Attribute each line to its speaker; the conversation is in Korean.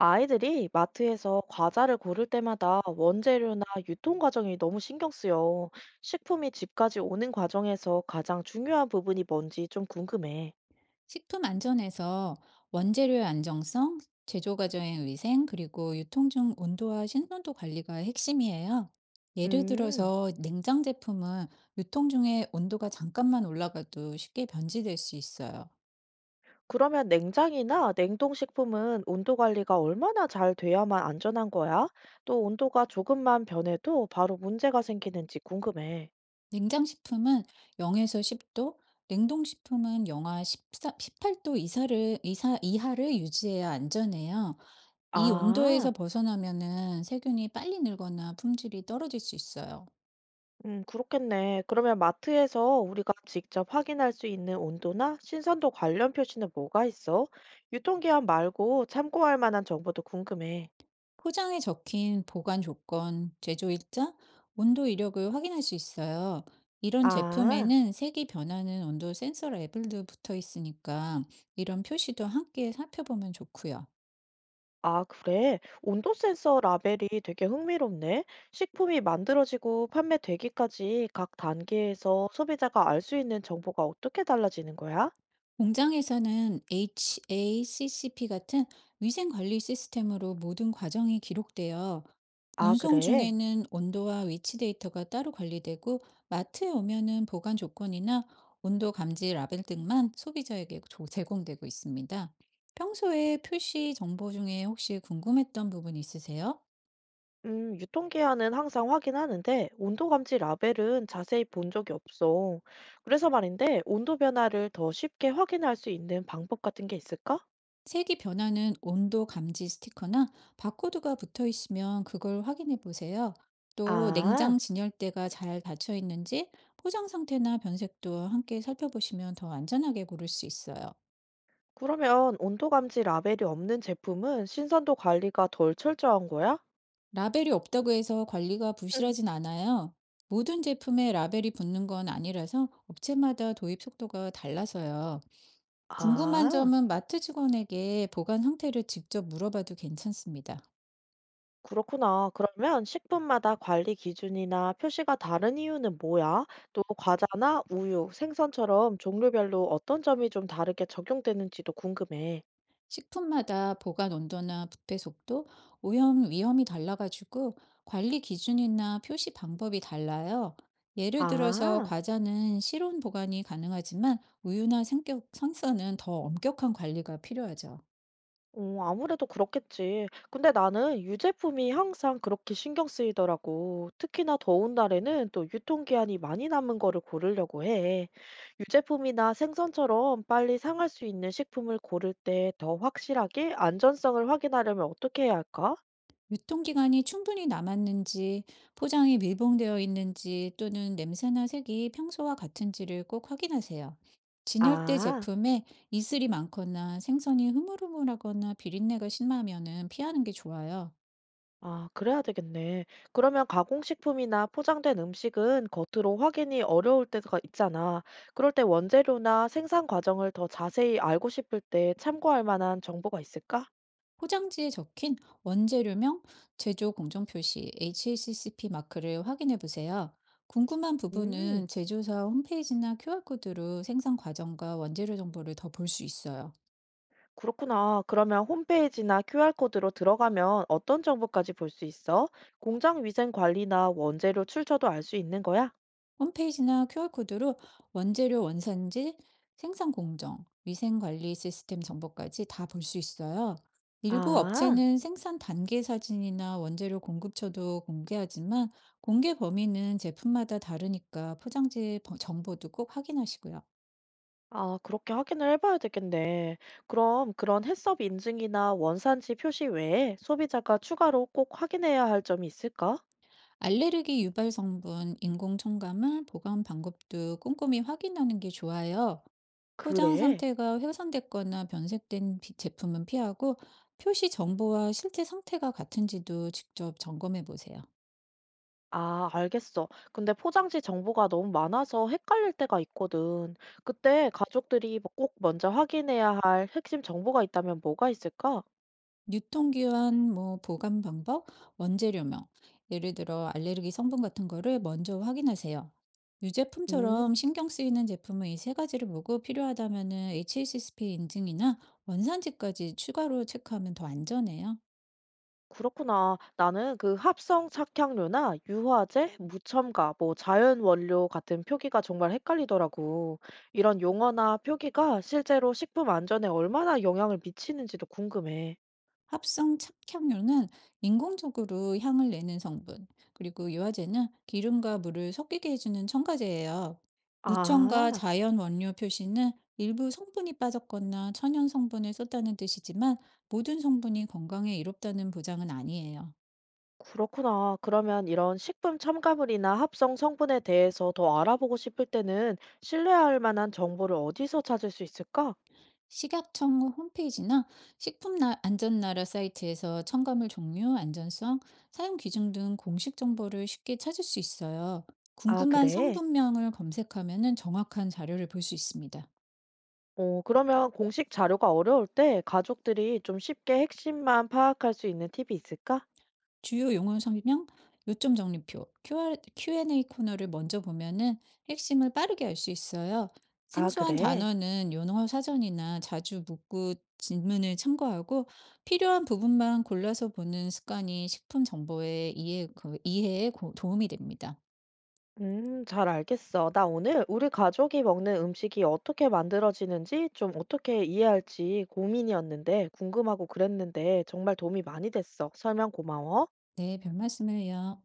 Speaker 1: 아이들이 마트에서 과자를 고를 때마다 원재료나 유통 과정이 너무 신경 쓰여. 식품이 집까지 오는 과정에서 가장 중요한 부분이 뭔지 좀 궁금해.
Speaker 2: 식품 안전에서 원재료의 안정성, 제조 과정의 위생, 그리고 유통 중 온도와 신선도 관리가 핵심이에요. 예를
Speaker 1: 음,
Speaker 2: 들어서 냉장 제품은 유통 중에 온도가 잠깐만 올라가도 쉽게 변질될 수 있어요.
Speaker 1: 그러면 냉장이나 냉동식품은 온도 관리가 얼마나 잘 돼야만 안전한 거야? 또 온도가 조금만 변해도 바로 문제가 생기는지 궁금해.
Speaker 2: 냉장식품은 0에서 10도, 냉동식품은 영하 14, 십8도 이하를 유지해야 안전해요. 이
Speaker 1: 아.
Speaker 2: 온도에서 벗어나면은 세균이 빨리 늘거나 품질이 떨어질 수 있어요.
Speaker 1: 그렇겠네. 그러면 마트에서 우리가 직접 확인할 수 있는 온도나 신선도 관련 표시는 뭐가 있어? 유통기한 말고 참고할 만한 정보도 궁금해.
Speaker 2: 포장에 적힌 보관 조건, 제조 일자, 온도 이력을 확인할 수 있어요. 이런
Speaker 1: 아,
Speaker 2: 제품에는 색이 변하는 온도 센서 레벨도 붙어 있으니까 이런 표시도 함께 살펴보면 좋고요.
Speaker 1: 아, 그래. 온도 센서 라벨이 되게 흥미롭네. 식품이 만들어지고 판매되기까지 각 단계에서 소비자가 알 수 있는 정보가 어떻게 달라지는 거야?
Speaker 2: 공장에서는 HACCP 같은 위생 관리 시스템으로 모든 과정이 기록되어
Speaker 1: 아,
Speaker 2: 운송
Speaker 1: 그래.
Speaker 2: 중에는 온도와 위치 데이터가 따로 관리되고 마트에 오면은 보관 조건이나 온도 감지 라벨 등만 소비자에게 제공되고 있습니다. 평소에 표시 정보 중에 혹시 궁금했던 부분 있으세요?
Speaker 1: 유통기한은 항상 확인하는데 온도 감지 라벨은 자세히 본 적이 없어. 그래서 말인데 온도 변화를 더 쉽게 확인할 수 있는 방법 같은 게 있을까?
Speaker 2: 색이 변하는 온도 감지 스티커나 바코드가 붙어 있으면 그걸 확인해 보세요. 또
Speaker 1: 아,
Speaker 2: 냉장 진열대가 잘 닫혀 있는지 포장 상태나 변색도 함께 살펴보시면 더 안전하게 고를 수 있어요.
Speaker 1: 그러면 온도 감지 라벨이 없는 제품은 신선도 관리가 덜 철저한 거야?
Speaker 2: 라벨이 없다고 해서 관리가
Speaker 1: 응.
Speaker 2: 부실하진 않아요. 모든 제품에 라벨이 붙는 건 아니라서 업체마다 도입 속도가 달라서요. 궁금한
Speaker 1: 아,
Speaker 2: 점은 마트 직원에게 보관 상태를 직접 물어봐도 괜찮습니다.
Speaker 1: 그렇구나. 그러면 식품마다 관리 기준이나 표시가 다른 이유는 뭐야? 또 과자나 우유, 생선처럼 종류별로 어떤 점이 좀 다르게 적용되는지도 궁금해.
Speaker 2: 식품마다 보관 온도나 부패 속도, 오염 위험이 달라가지고 관리 기준이나 표시 방법이 달라요. 예를 들어서
Speaker 1: 아.
Speaker 2: 과자는 실온 보관이 가능하지만 우유나 생선은 더 엄격한 관리가 필요하죠.
Speaker 1: 어, 아무래도 그렇겠지. 근데 나는 유제품이 항상 그렇게 신경 쓰이더라고. 특히나 더운 날에는 또 유통기한이 많이 남은 거를 고르려고 해. 유제품이나 생선처럼 빨리 상할 수 있는 식품을 고를 때 더 확실하게 안전성을 확인하려면 어떻게 해야 할까?
Speaker 2: 유통기간이 충분히 남았는지, 포장이 밀봉되어 있는지 또는 냄새나 색이 평소와 같은지를 꼭 확인하세요. 진열대
Speaker 1: 아.
Speaker 2: 제품에 이슬이 많거나 생선이 흐물흐물하거나 비린내가 심하면은 피하는 게 좋아요.
Speaker 1: 아, 그래야 되겠네. 그러면 가공식품이나 포장된 음식은 겉으로 확인이 어려울 때가 있잖아. 그럴 때 원재료나 생산 과정을 더 자세히 알고 싶을 때 참고할 만한 정보가 있을까?
Speaker 2: 포장지에 적힌 원재료명, 제조 공정 표시 HACCP 마크를 확인해 보세요. 궁금한
Speaker 1: 음,
Speaker 2: 부분은 제조사 홈페이지나 QR코드로 생산 과정과 원재료 정보를 더 볼 수 있어요.
Speaker 1: 그렇구나. 그러면 홈페이지나 QR코드로 들어가면 어떤 정보까지 볼 수 있어? 공장 위생 관리나 원재료 출처도 알 수 있는 거야?
Speaker 2: 홈페이지나 QR코드로 원재료 원산지, 생산 공정, 위생 관리 시스템 정보까지 다 볼 수 있어요. 일부
Speaker 1: 아.
Speaker 2: 업체는 생산 단계 사진이나 원재료 공급처도 공개하지만 공개 범위는 제품마다 다르니까 포장지 정보도 꼭 확인하시고요.
Speaker 1: 아, 그렇게 확인을 해봐야 되겠네. 그럼 그런 해썹 인증이나 원산지 표시 외에 소비자가 추가로 꼭 확인해야 할 점이 있을까?
Speaker 2: 알레르기 유발 성분, 인공 첨가물, 보관 방법도 꼼꼼히 확인하는 게 좋아요. 포장
Speaker 1: 그래.
Speaker 2: 상태가 훼손됐거나 변색된 제품은 피하고 표시 정보와 실제 상태가 같은지도 직접 점검해 보세요.
Speaker 1: 아, 알겠어. 근데 포장지 정보가 너무 많아서 헷갈릴 때가 있거든. 그때 가족들이 뭐꼭 먼저 확인해야 할 핵심 정보가 있다면 뭐가 있을까?
Speaker 2: 유통기한, 뭐 보관 방법, 원재료명, 예를 들어 알레르기 성분 같은 거를 먼저 확인하세요.
Speaker 1: 음.
Speaker 2: 유제품처럼 신경 쓰이는 제품은 이 세 가지를 보고 필요하다면은 HACCP 인증이나 원산지까지 추가로 체크하면 더 안전해요.
Speaker 1: 그렇구나. 나는 그 합성 착향료나 유화제, 무첨가, 뭐 자연 원료 같은 표기가 정말 헷갈리더라고. 이런 용어나 표기가 실제로 식품 안전에 얼마나 영향을 미치는지도 궁금해.
Speaker 2: 합성 착향유는 인공적으로 향을 내는 성분, 그리고 유화제는 기름과 물을 섞이게 해주는 첨가제예요. 무첨가
Speaker 1: 아,
Speaker 2: 자연 원료 표시는 일부 성분이 빠졌거나 천연 성분을 썼다는 뜻이지만 모든 성분이 건강에 이롭다는 보장은 아니에요.
Speaker 1: 그렇구나. 그러면 이런 식품 첨가물이나 합성 성분에 대해서 더 알아보고 싶을 때는 신뢰할 만한 정보를 어디서 찾을 수 있을까?
Speaker 2: 식약청 홈페이지나 식품안전나라 사이트에서 첨가물 종류, 안전성, 사용 기준 등 공식 정보를 쉽게 찾을 수 있어요.
Speaker 1: 아,
Speaker 2: 궁금한
Speaker 1: 그래.
Speaker 2: 성분명을 검색하면 정확한 자료를 볼 수 있습니다.
Speaker 1: 어 그러면 공식 자료가 어려울 때 가족들이 좀 쉽게 핵심만 파악할 수 있는 팁이 있을까?
Speaker 2: 주요 용어 설명, 요점 정리표, Q&A 코너를 먼저 보면은 핵심을 빠르게 알 수 있어요.
Speaker 1: 아,
Speaker 2: 생소한
Speaker 1: 그래?
Speaker 2: 단어는 용어 사전이나 자주 묻고 질문을 참고하고 필요한 부분만 골라서 보는 습관이 식품 정보의 이해에 도움이 됩니다.
Speaker 1: 잘 알겠어. 나 오늘 우리 가족이 먹는 음식이 어떻게 만들어지는지 좀 어떻게 이해할지 고민이었는데 궁금하고 그랬는데 정말 도움이 많이 됐어. 설명 고마워.
Speaker 2: 네, 별 말씀을요.